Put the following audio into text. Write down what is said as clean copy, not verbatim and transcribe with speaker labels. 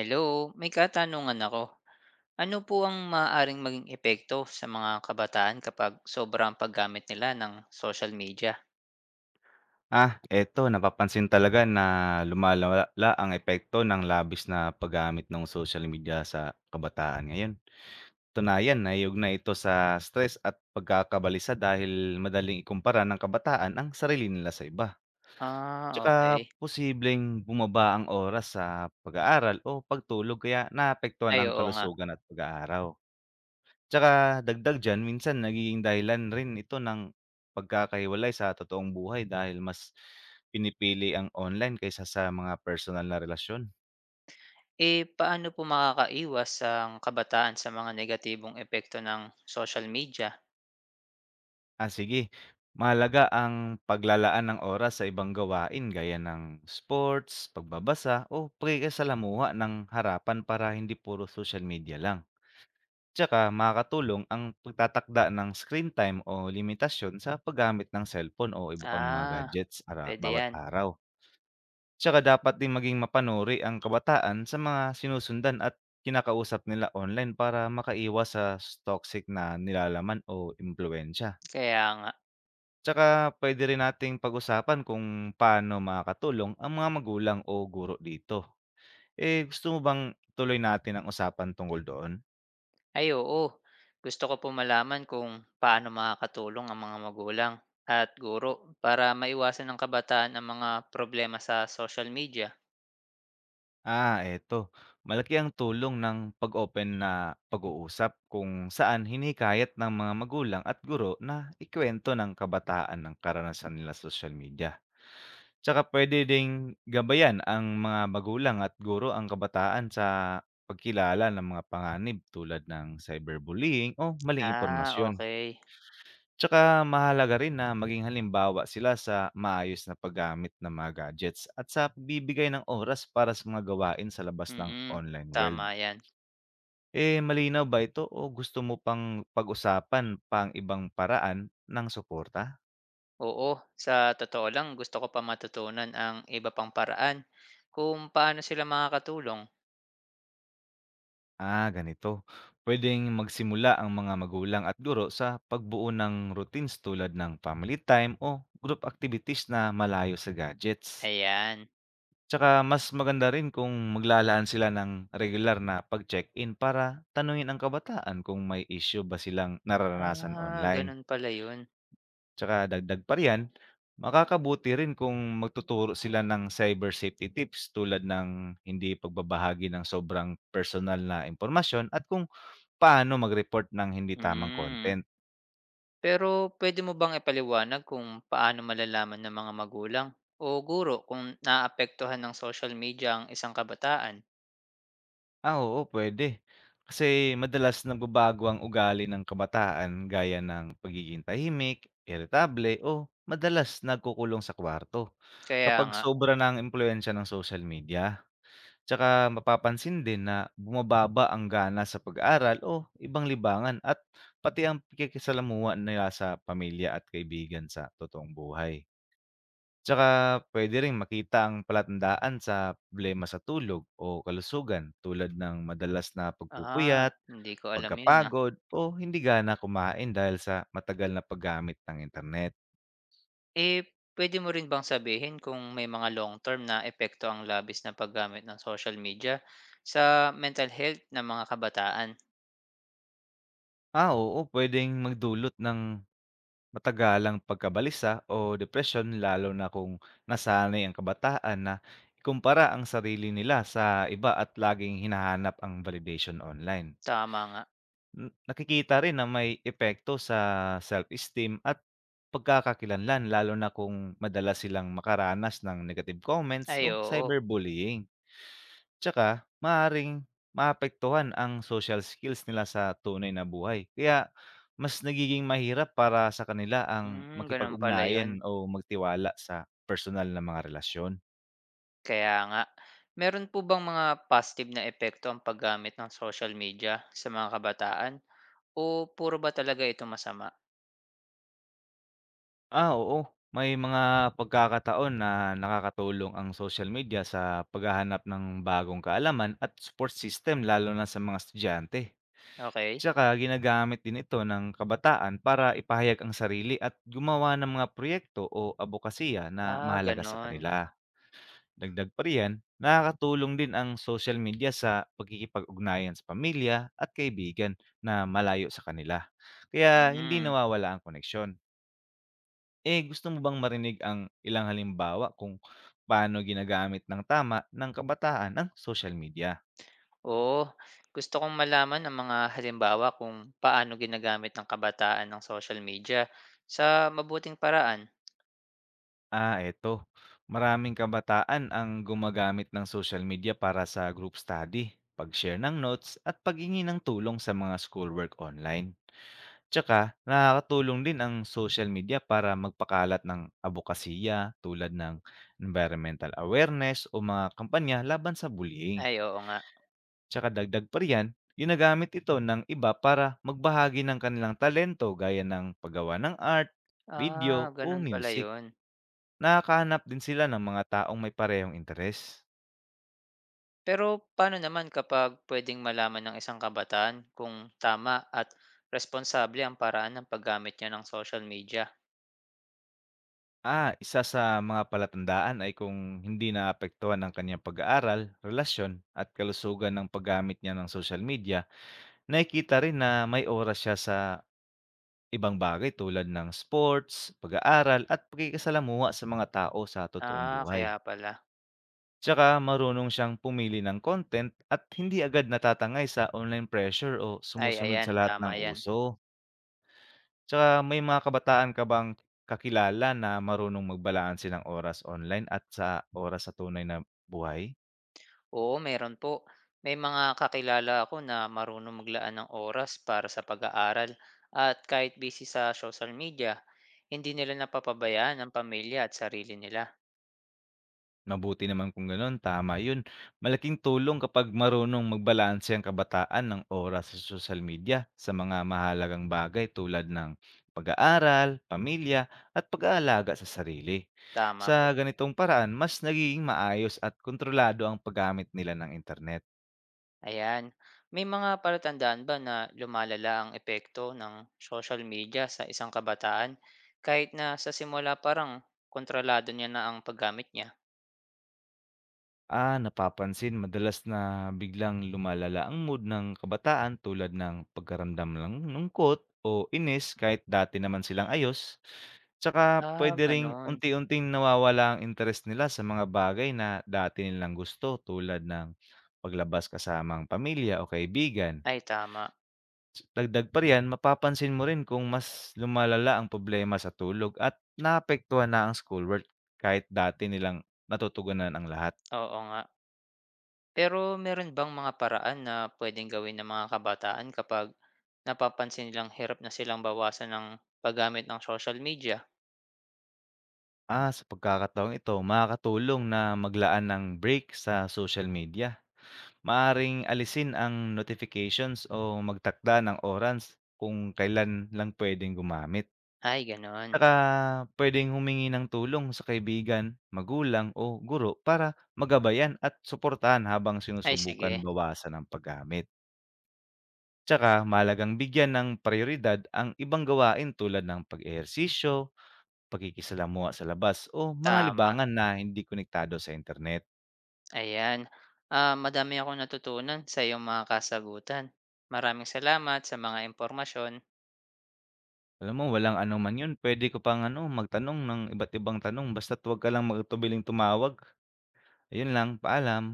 Speaker 1: Hello, may katanungan ako. Ano po ang maaaring maging epekto sa mga kabataan kapag sobra ang paggamit nila ng social media?
Speaker 2: Ah, eto, napapansin talaga na lumalala ang epekto ng labis na paggamit ng social media sa kabataan ngayon. Katunayan, na ito sa stress at pagkakabalisa dahil madaling ikumpara ng kabataan ang sarili nila sa iba. Tsaka
Speaker 1: Okay.
Speaker 2: posibleng bumaba ang oras sa pag-aaral o pagtulog kaya naapektuhan
Speaker 1: Ay,
Speaker 2: ang
Speaker 1: oo nga.
Speaker 2: kalusugan at pag-aaraw. Tsaka dagdag diyan, minsan nagiging dahilan rin ito ng pagkakahiwalay sa totoong buhay dahil mas pinipili ang online kaysa sa mga personal na relasyon.
Speaker 1: Paano po makakaiwas ang kabataan sa mga negatibong epekto ng social media?
Speaker 2: Ah, sige, mahalaga ang paglalaan ng oras sa ibang gawain gaya ng sports, pagbabasa o pakikisalamuha ng harapan para hindi puro social media lang. Tsaka makakatulong ang pagtatakda ng screen time o limitasyon sa paggamit ng cellphone o iba pang mga
Speaker 1: Ah,
Speaker 2: gadgets
Speaker 1: Pwede
Speaker 2: bawat
Speaker 1: yan.
Speaker 2: araw. Tsaka dapat din maging mapanuri ang kabataan sa mga sinusundan at kinakausap nila online para makaiwas sa toxic na nilalaman o impluwensya.
Speaker 1: Kaya nga.
Speaker 2: Tsaka pwede rin nating pag-usapan kung paano makakatulong ang mga magulang o guro dito. Eh, gusto mo bang tuloy natin ang usapan tungkol doon?
Speaker 1: Ay, oo. Gusto ko po malaman kung paano makakatulong ang mga magulang at guro para maiwasan ng kabataan ang mga problema sa social media.
Speaker 2: Ah, eto. Malaki ang tulong ng pag-open na pag-uusap kung saan hinikayat ng mga magulang at guro na ikwento ng kabataan ng karanasan nila sa social media. Tsaka puwede ding gabayan ang mga magulang at guro ang kabataan sa pagkilala ng mga panganib tulad ng cyberbullying o maling impormasyon.
Speaker 1: Okay.
Speaker 2: Tsaka mahalaga rin na maging halimbawa sila sa maayos na paggamit ng mga gadgets at sa pagbibigay ng oras para sa mga gawain sa labas ng
Speaker 1: Mm,
Speaker 2: online world.
Speaker 1: tama 'yan.
Speaker 2: Eh, malinaw ba ito o gusto mo pang pag-usapan pang ibang paraan ng suporta?
Speaker 1: Oo, sa totoo lang gusto ko pa matutunan ang iba pang paraan kung paano sila makakatulong,
Speaker 2: Ah, ganito. Pwedeng magsimula ang mga magulang at guro sa pagbuo ng routines tulad ng family time o group activities na malayo sa gadgets.
Speaker 1: ayan.
Speaker 2: Tsaka mas maganda rin kung maglalaan sila ng regular na pag-check-in para tanungin ang kabataan kung may issue ba silang nararanasan online.
Speaker 1: Gano'n pala 'yun.
Speaker 2: Tsaka dagdag pa riyan, makakabuti rin kung magtuturo sila ng cyber safety tips tulad ng hindi pagbabahagi ng sobrang personal na impormasyon at kung paano mag-report ng hindi tamang
Speaker 1: Hmm.
Speaker 2: content.
Speaker 1: Pero pwede mo bang ipaliwanag kung paano malalaman ng mga magulang o guro kung naapektuhan ng social media ang isang kabataan?
Speaker 2: Ah, oo, puwede. Kasi madalas nagbabago ang ugali ng kabataan gaya ng pagiging tahimik, iritable o madalas nagkukulong sa kwarto.
Speaker 1: Kaya
Speaker 2: Kapag
Speaker 1: nga.
Speaker 2: sobra na ang impluwensiya ng social media, tsaka mapapansin din na bumababa ang gana sa pag-aaral o ibang libangan at pati ang pakikisalamuha nila sa pamilya at kaibigan sa totoong buhay. Tsaka puwede ring makita ang palatandaan sa problema sa tulog o kalusugan tulad ng madalas na pagpupuyat,
Speaker 1: Hindi ko alam 'yun,
Speaker 2: pagkapagod o hindi gana kumain dahil sa matagal na paggamit ng internet.
Speaker 1: Eh, Pwede mo rin bang sabihin kung may mga long term na epekto ang labis na paggamit ng social media sa mental health ng mga kabataan?
Speaker 2: Ah, oo, puwedeng magdulot ng matagalang pagkabalisa o depression, lalo na kung nasanay ang kabataan na ikumpara ang sarili nila sa iba at laging hinahanap ang validation online.
Speaker 1: Tama nga.
Speaker 2: Hmm, nakikita rin na may epekto sa self-esteem at pagkakakilanlan, lalo na kung madalas silang makaranas ng negative comments
Speaker 1: Ay,
Speaker 2: o
Speaker 1: oo.
Speaker 2: cyberbullying. Tsaka maaring maapektuhan ang social skills nila sa tunay na buhay. Kaya mas nagiging mahirap para sa kanila ang
Speaker 1: Hmm, gano'n pala 'yun.
Speaker 2: makipag-ugnayan o magtiwala sa personal na mga relasyon.
Speaker 1: Kaya nga. Meron po bang mga positive na epekto ang paggamit ng social media sa mga kabataan o puro ba talaga ito masama?
Speaker 2: Ah, oo. May mga pagkakataon na nakakatulong ang social media sa paghahanap ng bagong kaalaman at support system, lalo na sa mga estudyante.
Speaker 1: Okay.
Speaker 2: Tsaka ginagamit din ito ng kabataan para ipahayag ang sarili at gumawa ng mga proyekto o abokasiya na mahalaga sa
Speaker 1: Gano'n.
Speaker 2: kanila. Dagdag pa riyan, nakakatulong din ang social media sa pagkikipag-ugnayan sa pamilya at kaibigan na malayo sa kanila, kaya hindi
Speaker 1: Hmm.
Speaker 2: nawawala ang koneksyon. Eh, gusto mo bang marinig ang ilang halimbawa kung paano ginagamit ng tama ng kabataan ang social media?
Speaker 1: Oo, gusto kong malaman ang mga halimbawa kung paano ginagamit ng kabataan ng social media sa mabuting paraan.
Speaker 2: Ah, eto. Maraming kabataan ang gumagamit ng social media para sa group study, pag-share ng notes, at paghingi ng tulong sa mga schoolwork online. Tsaka nakakatulong din ang social media para magpakalat ng abokasiya tulad ng environmental awareness o mga kampanya laban sa bullying.
Speaker 1: Ay, oo nga.
Speaker 2: Tsaka dagdag pa riyan, ginagamit ito ng iba para magbahagi ng kanilang talento gaya ng paggawa ng art, video o
Speaker 1: Ganun pala
Speaker 2: music.
Speaker 1: yun.
Speaker 2: Nakakahanap din sila ng mga taong may parehong interes.
Speaker 1: Pero paano naman kapag pwedeng malaman ng isang kabataan kung tama at responsable ang paraan ng paggamit niya ng social media?
Speaker 2: Ah, isa sa mga palatandaan ay kung hindi naapektuhan ng kanyang pag-aaral, relasyon at kalusugan ng paggamit niya ng social media. Nakikita rin na may oras siya sa ibang bagay tulad ng sports, pag-aaral at pakikisalamuha sa mga tao sa totoong buhay.
Speaker 1: Kaya pala.
Speaker 2: Tsaka marunong siyang pumili ng content at hindi agad natatangay sa online pressure o
Speaker 1: Ay,
Speaker 2: sumusunod sa
Speaker 1: ayan,
Speaker 2: lahat ng
Speaker 1: tama yan.
Speaker 2: uso. Tsaka, may mga kabataan ka bang kakilala na marunong magbalanse ng oras online at sa oras sa tunay na buhay?
Speaker 1: Oo, meron po. May mga kakilala ako na marunong maglaan ng oras para sa pag-aaral at kahit busy sa social media, hindi nila napapabayaan ang pamilya at sarili nila.
Speaker 2: Mabuti naman kung gano'n, tama 'yun. Malaking tulong kapag marunong magbalanse ang kabataan ng oras sa social media sa mga mahalagang bagay tulad ng pag-aaral, pamilya, at pag-aalaga sa sarili.
Speaker 1: Tama
Speaker 2: Sa
Speaker 1: po.
Speaker 2: ganitong paraan, mas nagiging maayos at kontrolado ang paggamit nila ng internet.
Speaker 1: Ayan. May mga palatandaan ba na lumalala ang epekto ng social media sa isang kabataan kahit na sa simula parang kontrolado niya na ang paggamit niya?
Speaker 2: Ah, napapansin madalas na biglang lumalala ang mood ng kabataan tulad ng pagkaramdam ng lungkot o inis kahit dati naman silang ayos. Tsaka pwede ring
Speaker 1: Ganun.
Speaker 2: unti-unting nawawala ang interest nila sa mga bagay na dati nilang gusto tulad ng paglabas kasamang pamilya o kaibigan.
Speaker 1: Ay, tama.
Speaker 2: Dagdag pa riyan, mapapansin mo rin kung mas lumalala ang problema sa tulog at naapektuhan na ang schoolwork kahit dati nilang natutugunan ang lahat.
Speaker 1: Oo nga. Pero meron bang mga paraan na pwedeng gawin ng mga kabataan kapag napapansin nilang hirap na silang bawasan ng paggamit ng social media?
Speaker 2: Ah, sa pagkakataong ito, makakatulong na maglaan ng break sa social media. Maaring alisin ang notifications o magtakda ng oras kung kailan lang pwedeng gumamit.
Speaker 1: Ay gano'n.
Speaker 2: Saka pwedeng humingi ng tulong sa kaibigan, magulang o guro para magabayan at suportahan habang
Speaker 1: Ay
Speaker 2: sinusubukan
Speaker 1: sige,
Speaker 2: bawasan ang paggamit. Tsaka mahalagang bigyan ng prioridad ang ibang gawain tulad ng pag-ehersisyo, pakikisalamuha sa labas o mga
Speaker 1: tama.
Speaker 2: libangan na hindi konektado sa internet.
Speaker 1: Ayan, madami akong natutunan sa iyong mga kasagutan. Maraming salamat sa mga impormasyon.
Speaker 2: Alam mo, walang ano man 'yun, puwede ka pang ano, magtanong ng iba't ibang tanong basta't huwag ka lang tumawag. Ayun lang, paalam.